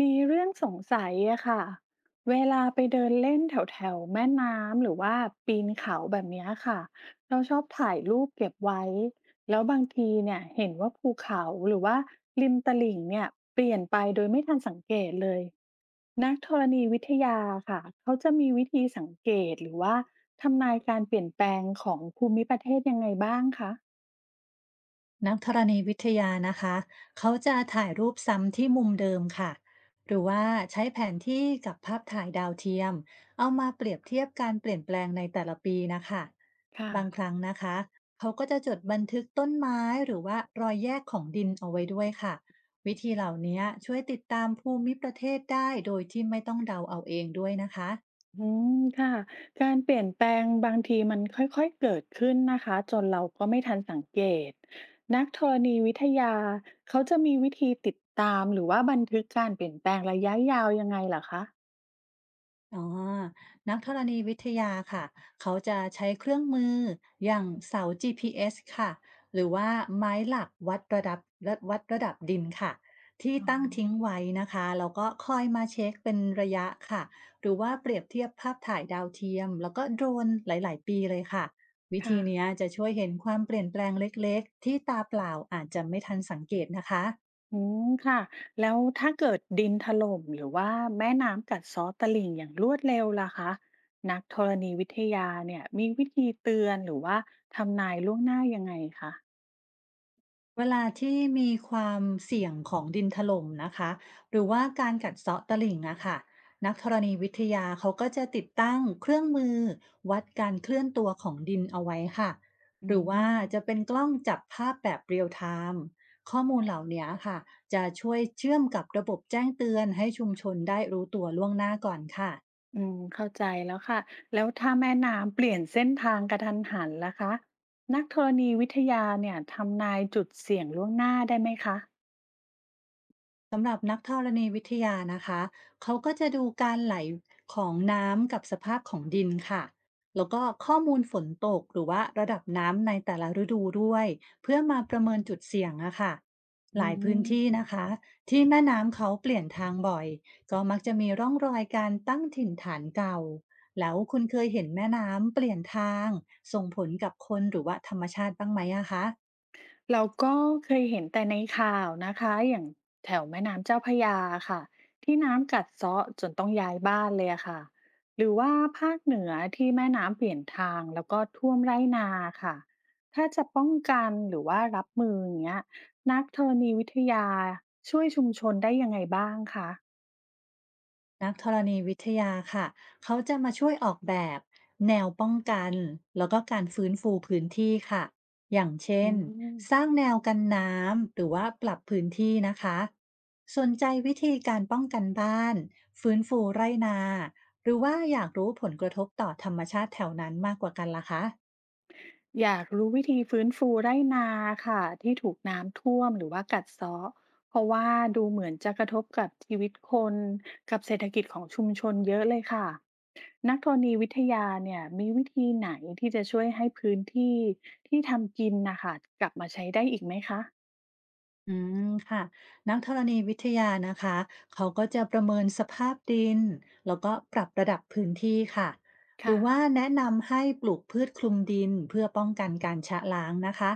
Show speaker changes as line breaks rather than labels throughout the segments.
มีเรื่องสงสัยอะค่ะเวลาไปเดินเล่นแถวแถวแม่น้ำหรือว่าปีนเขาแบบเนี้ยค่ะเราชอบถ่ายรูปเก็บไว้แล้วบางทีเนี่ยเห็นว่าภูเขาหรือว่าริมตลิ่งเนี่ยเปลี่ยนไปโดยไม่ทันสังเกตเลยนักธรณีวิทยาค่ะเขาจะมีวิธีสังเกตหรือว่าทำนายการเปลี่ยนแปลงของภูมิประเทศยังไงบ้างคะ
นักธรณีวิทยานะคะเขาจะถ่ายรูปซ้ำที่มุมเดิมค่ะหรือว่าใช้แผนที่กับภาพถ่ายดาวเทียม เอามาเปรียบเทียบการเปลี่ยนแปลงในแต่ละปีนะคะ
ค่ะ
บางครั้งนะคะเขาก็จะจดบันทึกต้นไม้หรือว่ารอยแยกของดินเอาไว้ด้วยค่ะวิธีเหล่านี้ช่วยติดตามภูมิประเทศได้โดยที่ไม่ต้องเดาเอาเองด้วยนะคะ
อืมค่ะการเปลี่ยนแปลงบางทีมันค่อยๆเกิดขึ้นนะคะจนเราก็ไม่ทันสังเกตนักธรณีวิทยาเขาจะมีวิธีติดตามหรือว่าบันทึกการเปลี่ยนแปลงระยะยาวยังไงเหรอคะ
อ๋อ นักธรณีวิทยาค่ะ เขาจะใช้เครื่องมืออย่างเสา GPS ค่ะ หรือว่าไม้หลักวัดระดับะวัดระดับดินค่ะ ที่
อ๋อ
ตั้งทิ้งไว้นะคะแล้วก็คอยมาเช็คเป็นระยะค่ะ หรือว่าเปรียบเทียบภาพถ่ายดาวเทียมแล้วก็โดรนหลายๆปีเลยค่ะ วิธี
ค่ะ
เนี้ยจะช่วยเห็นความเปลี่ยนแปลงเล็กๆ ที่ตาเปล่าอาจจะไม่ทันสังเกตนะคะ
อืมค่ะแล้วถ้าเกิดดินถล่มหรือว่าแม่น้ำกัดเซาะตลิ่งอย่างรวดเร็วล่ะคะนักธรณีวิทยาเนี่ยมีวิธีเตือนหรือว่าทำนายล่วงหน้ายังไงคะ
เวลาที่มีความเสี่ยงของดินถล่มนะคะหรือว่าการกัดเซาะตลิ่งอะค่ะนักธรณีวิทยาเขาก็จะติดตั้งเครื่องมือวัดการเคลื่อนตัวของดินเอาไว้ค่ะ
อื
หรือว่าจะ
ม
เป็นกล้องจับภาพแบบเรียลไทม์ข้อมูลเหล่านี้ค่ะจะช่วยเชื่อมกับระบบแจ้งเตือนให้ชุมชนได้รู้ตัวล่วงหน้าก่อนค่ะ
อืมเข้าใจแล้วค่ะ แล้วถ้าแม่น้ำเปลี่ยนเส้นทางกระทันหันล่ะคะนักธรณีวิทยาเนี่ยทำนายจุดเสี่ยงล่วงหน้าได้ไหมคะ
กับนักธรณีวิทยานะคะเขาก็จะดูการไหลของน้ำกับสภาพของดินค่ะแล้วก็ข้อมูลฝนตกหรือว่าระดับน้ำในแต่ละฤดูด้วยเพื่อมาประเมินจุดเสี่ยงอะค่ะห
อื
ลายพื้น
ม
ที่นะคะที่แม่น้ำเขาเปลี่ยนทางบ่อยก็มักจะมีร่องรอยการตั้งถิ่นฐานเก่าแล้วคุณเคยเห็นแม่น้ำเปลี่ยนทางส่งผลกับคนหรือว่าธรรมชาติบ้างไหมอะคะ
เราก็เคยเห็นแต่ในข่าวนะคะอย่างแถวแม่น้ำเจ้าพระยาค่ะที่น้ำกัดเซาะจนต้องย้ายบ้านเลยอะค่ะหรือว่าภาคเหนือที่แม่น้ำเปลี่ยนทางแล้วก็ท่วมไร่นาค่ะถ้าจะป้องกันหรือว่ารับมืออย่างเงี้ยนักธรณีวิทยาช่วยชุมชนได้ยังไงบ้างคะ
นักธรณีวิทยาค่ะ เขาจะมาช่วยออกแบบแนวป้องกัน แล้วก็การฟื้นฟูพื้นที่ค่ะ อย่างเช่
อื
น สร้าง
ม
แนวกันน้ำ หรือว่าปรับพื้นที่นะคะสนใจวิธีการป้องกันบ้านฟื้นฟูไร่นา หรือว่าอยากรู้ผลกระทบต่อธรรมชาติแถวนั้นมากกว่ากันล่ะคะ
อยากรู้วิธีฟื้นฟูไร่นาค่ะที่ถูกน้ำท่วมหรือว่ากัดเซาะเพราะว่าดูเหมือนจะกระทบกับชีวิตคนกับเศรษฐกิจของชุมชนเยอะเลยค่ะนักธรณีวิทยาเนี่ยมีวิธีไหนที่จะช่วยให้พื้นที่ที่ทำกินนะคะกลับมาใช้ได้อีกไหมคะ
อืมค่ะนักธรณีวิทยานะคะเขาก็จะประเมินสภาพดินแล้วก็ปรับระดับพื้นที่ค่ะหรื
ค่ะ
อว่าแนะนำให้ปลูกพืชคลุมดินเพื่อป้องกันการชะล้างนะคะ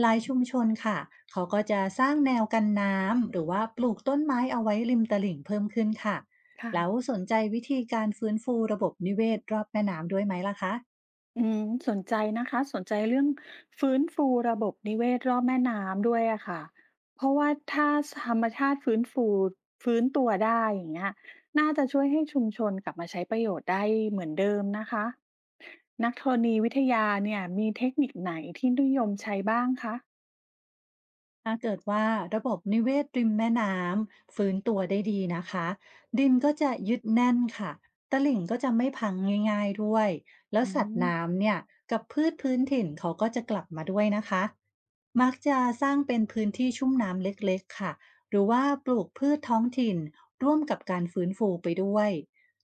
หลายชุมชนค่ะเขาก็จะสร้างแนวกันน้ำหรือว่าปลูกต้นไม้เอาไว้ริมตลิ่งเพิ่มขึ้นค่ะ
ค่ะ
แล้วสนใจวิธีการฟื้นฟูระบบนิเวศรอบแม่น้ำด้วยไหมล่ะคะ
อืมสนใจนะคะสนใจเรื่องฟื้นฟูระบบนิเวศรอบแม่น้ำด้วยอะค่ะเพราะว่าถ้าธรรมชาติฟื้นตัวได้อย่างเงี้ยน่าจะช่วยให้ชุมชนกลับมาใช้ประโยชน์ได้เหมือนเดิมนะคะนักธรณีวิทยาเนี่ยมีเทคนิคไหนที่นิยมใช้บ้างคะ
ถ้าเกิดว่าระบบนิเวศริมแม่น้ำฟื้นตัวได้ดีนะคะดินก็จะยึดแน่นค่ะตลิ่งก็จะไม่พังง่ายๆด้วยแล้ว
อื
สัตว์
ม
น้ำเนี่ยกับพืชพื้นถิ่นเขาก็จะกลับมาด้วยนะคะมักจะสร้างเป็นพื้นที่ชุ่มน้ำเล็กๆค่ะหรือว่าปลูกพืชท้องถิ่นร่วมกับการฟื้นฟูไปด้วย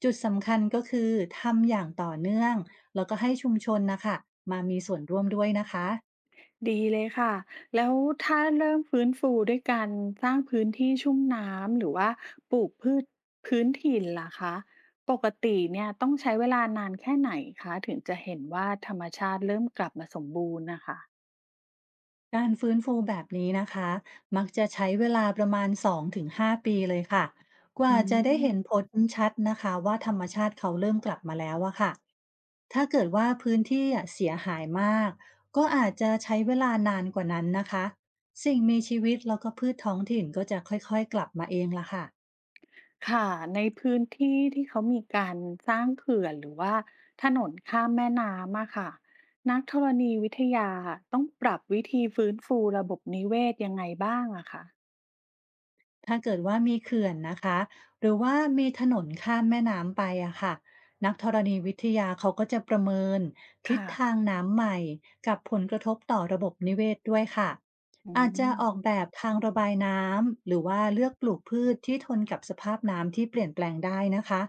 จุดสำคัญก็คือทำอย่างต่อเนื่องแล้วก็ให้ชุมชนนะคะมามีส่วนร่วมด้วยนะคะ
ดีเลยค่ะแล้วถ้าเริ่มฟื้นฟูด้วยการสร้างพื้นที่ชุ่มน้ำหรือว่าปลูกพืชพื้นถิ่นล่ะคะปกติเนี่ยต้องใช้เวลานานแค่ไหนคะถึงจะเห็นว่าธรรมชาติเริ่มกลับมาสมบูรณ์นะคะ
การฟื้นฟูแบบนี้นะคะมักจะใช้เวลาประมาณ2-5ปีเลยค่ะกว่า
อื
จะได้เห็
ม
นผลชัดนะคะว่าธรรมชาติเขาเริ่มกลับมาแล้วอะค่ะถ้าเกิดว่าพื้นที่อะเสียหายมากก็อาจจะใช้เวลานานกว่านั้นนะคะสิ่งมีชีวิตแล้วก็พืชท้องถิ่นก็จะค่อยๆกลับมาเองละค่ะ
ค่ะในพื้นที่ที่เขามีการสร้างเขื่อนหรือว่าถนนข้ามแม่น้ำอะค่ะนักธรณีวิทยาต้องปรับวิธีฟื้นฟูระบบนิเวศยังไงบ้างอะคะ
ถ้าเกิดว่ามีเขื่อนนะคะหรือว่ามีถนนข้ามแม่น้ำไปอะค่ะนักธรณีวิทยาเขาก็จะประเมินทิศ
ค่ะ
ทางน้ำใหม่กับผลกระทบต่อระบบนิเวศด้วยค่ะ
อื
อาจจะ
ม
ออกแบบทางระบายน้ำหรือว่าเลือกปลูกพืชที่ทนกับสภาพน้ำที่เปลี่ยนแปลงได้นะคะ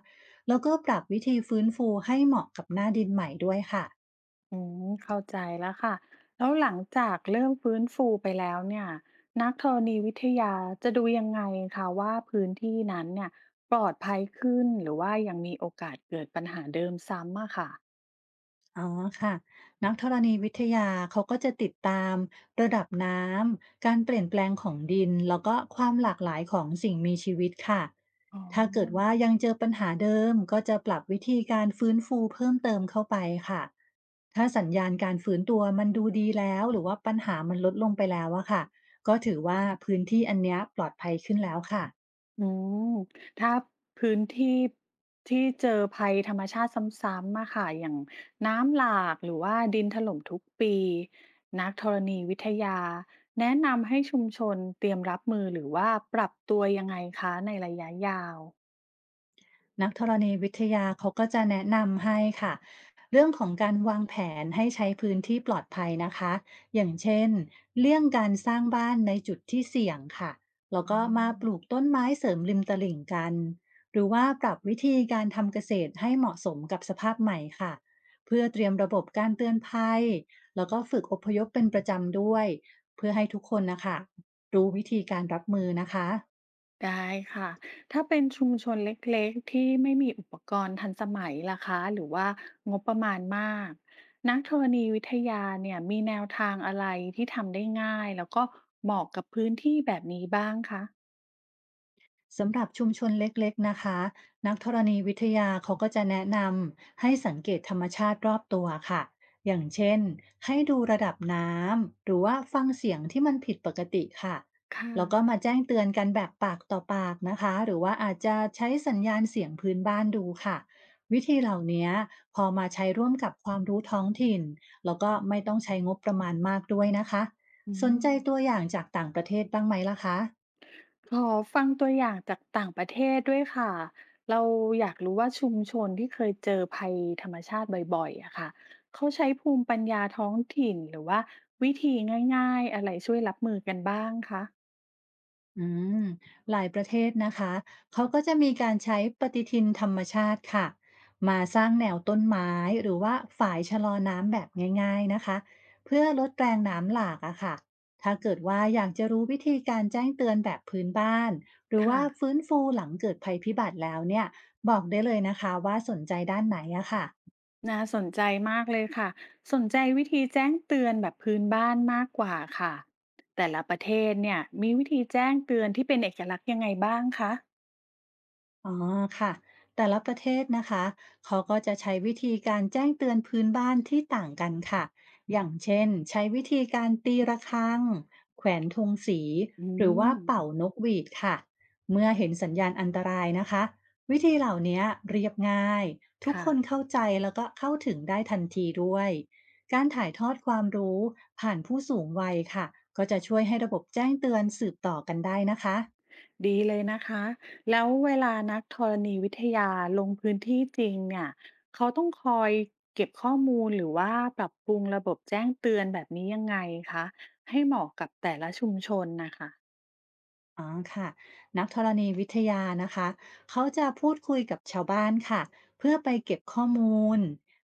แล้วก็ปรับวิธีฟื้นฟูให้เหมาะกับหน้าดินใหม่ด้วยค่ะ
อืมเข้าใจแล้วค่ะแล้วหลังจากเริ่มฟื้นฟูไปแล้วเนี่ยนักธรณีวิทยาจะดูยังไงคะว่าพื้นที่นั้นเนี่ยปลอดภัยขึ้นหรือว่ายังมีโอกาสเกิดปัญหาเดิมซ้ำอะค่ะ
อ๋อค่ะนักธรณีวิทยาเขาก็จะติดตามระดับน้ำการเปลี่ยนแปลงของดินแล้วก็ความหลากหลายของสิ่งมีชีวิตค่ะ
อ๋อ
ถ้าเกิดว่ายังเจอปัญหาเดิมก็จะปรับวิธีการฟื้นฟูเพิ่มเติมเข้าไปค่ะถ้าสัญญาณการฟื้นตัวมันดูดีแล้วหรือว่าปัญหามันลดลงไปแล้วอะค่ะก็ถือว่าพื้นที่อันเนี้ยปลอดภัยขึ้นแล้วค่ะ
อืมถ้าพื้นที่ที่เจอภัยธรรมชาติซ้ำๆมาค่ะอย่างน้ำหลากหรือว่าดินถล่มทุกปีนักธรณีวิทยาแนะนำให้ชุมชนเตรียมรับมือหรือว่าปรับตัวยังไงคะในระยะยาว
นักธรณีวิทยาเขาก็จะแนะนำให้ค่ะเรื่องของการวางแผนให้ใช้พื้นที่ปลอดภัยนะคะอย่างเช่นเลี่ยงการสร้างบ้านในจุดที่เสี่ยงค่ะแล้ว
อ๋อ
ก็มาปลูกต้นไม้เสริมริมตลิ่งกันหรือว่าปรับวิธีการทำเกษตรให้เหมาะสมกับสภาพใหม่ค่ะเพื่อเตรียมระบบการเตือนภัยแล้วก็ฝึกอพยพเป็นประจำด้วยเพื่อให้ทุกคนนะคะรู้วิธีการรับมือนะคะ
ได้ค่ะถ้าเป็นชุมชนเล็กๆที่ไม่มีอุปกรณ์ทันสมัยล่ะคะหรือว่างบประมาณมากนักธรณีวิทยาเนี่ยมีแนวทางอะไรที่ทำได้ง่ายแล้วก็เหมาะกับพื้นที่แบบนี้บ้างคะ
สำหรับชุมชนเล็กๆนะคะนักธรณีวิทยาเขาก็จะแนะนำให้สังเกตธรรมชาติรอบตัวค่ะอย่างเช่นให้ดูระดับน้ำหรือว่าฟังเสียงที่มันผิดปกติค่ะ
ค
แล้วก็
่ะ
มาแจ้งเตือนกันแบบปากต่อปากนะคะหรือว่าอาจจะใช้สัญญาณเสียงพื้นบ้านดูค่ะวิธีเหล่านี้พอมาใช้ร่วมกับความรู้ท้องถิ่นแล้วก็ไม่ต้องใช้งบประมาณมากด้วยนะคะ
อื
สน
ม
ใจตัวอย่างจากต่างประเทศบ้างไหมล่ะคะ
ขอฟังตัวอย่างจากต่างประเทศด้วยค่ะเราอยากรู้ว่าชุมชนที่เคยเจอภัยธรรมชาติบ่อยๆอะค่ะเขาใช้ภูมิปัญญาท้องถิ่นหรือว่าวิธีง่ายๆอะไรช่วยรับมือกันบ้างคะ
อืมหลายประเทศนะคะ เขาก็จะมีการใช้ปฏิทินธรรมชาติค่ะ มาสร้างแนวต้นไม้หรือว่าฝายชะลอน้ำแบบง่ายๆนะคะ เพื่อลดแรงน้ำหลากอะค่ะถ้าเกิดว่าอยากจะรู้วิธีการแจ้งเตือนแบบพื้นบ้านหรือ
ค่ะ
ว่าฟื้นฟูหลังเกิดภัยพิบัติแล้วเนี่ย บอกได้เลยนะคะว่าสนใจด้านไหนอะค่ะ
น่าสนใจมากเลยค่ะสนใจวิธีแจ้งเตือนแบบพื้นบ้านมากกว่าค่ะแต่ละประเทศเนี่ยมีวิธีแจ้งเตือนที่เป็นเอกลักษณ์ยังไงบ้างคะ
อ๋อค่ะแต่ละประเทศนะคะเขาก็จะใช้วิธีการแจ้งเตือนพื้นบ้านที่ต่างกันค่ะอย่างเช่นใช้วิธีการตีระฆังแขวนธงสี
อื
หรือว่า
ม
เป่านกหวีดค่ะเมื่อเห็นสัญญาณอันตรายนะคะวิธีเหล่านี้เรียบง่ายทุก
ค่ะ
คนเข้าใจแล้วก็เข้าถึงได้ทันทีด้วยการถ่ายทอดความรู้ผ่านผู้สูงวัยค่ะก็จะช่วยให้ระบบแจ้งเตือนสืบต่อกันได้นะคะ
ดีเลยนะคะแล้วเวลานักธรณีวิทยาลงพื้นที่จริงเนี่ยเขาต้องคอยเก็บข้อมูลหรือว่าปรับปรุงระบบแจ้งเตือนแบบนี้ยังไงคะให้เหมาะกับแต่ละชุมชนนะคะ
อ๋อค่ะนักธรณีวิทยานะคะเขาจะพูดคุยกับชาวบ้านค่ะเพื่อไปเก็บข้อมูล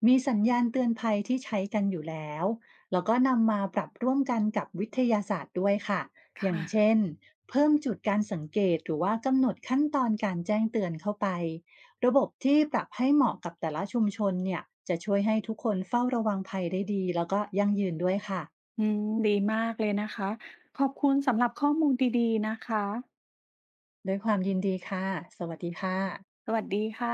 มีสัญญาณเตือนภัยที่ใช้กันอยู่แล้วแล้วก็นำมาปรับร่วมกันกับวิทยาศาสตร์ด้วยค่ะ
ค
อย่างเช่
่ะ
นเพิ่มจุดการสังเกตหรือว่ากำหนดขั้นตอนการแจ้งเตือนเข้าไประบบที่ปรับให้เหมาะกับแต่ละชุมชนเนี่ยจะช่วยให้ทุกคนเฝ้าระวังภัยได้ดีแล้วก็ยั่งยืนด้วยค่ะ
อืมดีมากเลยนะคะ ขอบคุณสำหรับข้อมูลดีๆนะคะ
ด้วยความยินดีค่ะสวัสดีค่ะ
สวัสดีค่ะ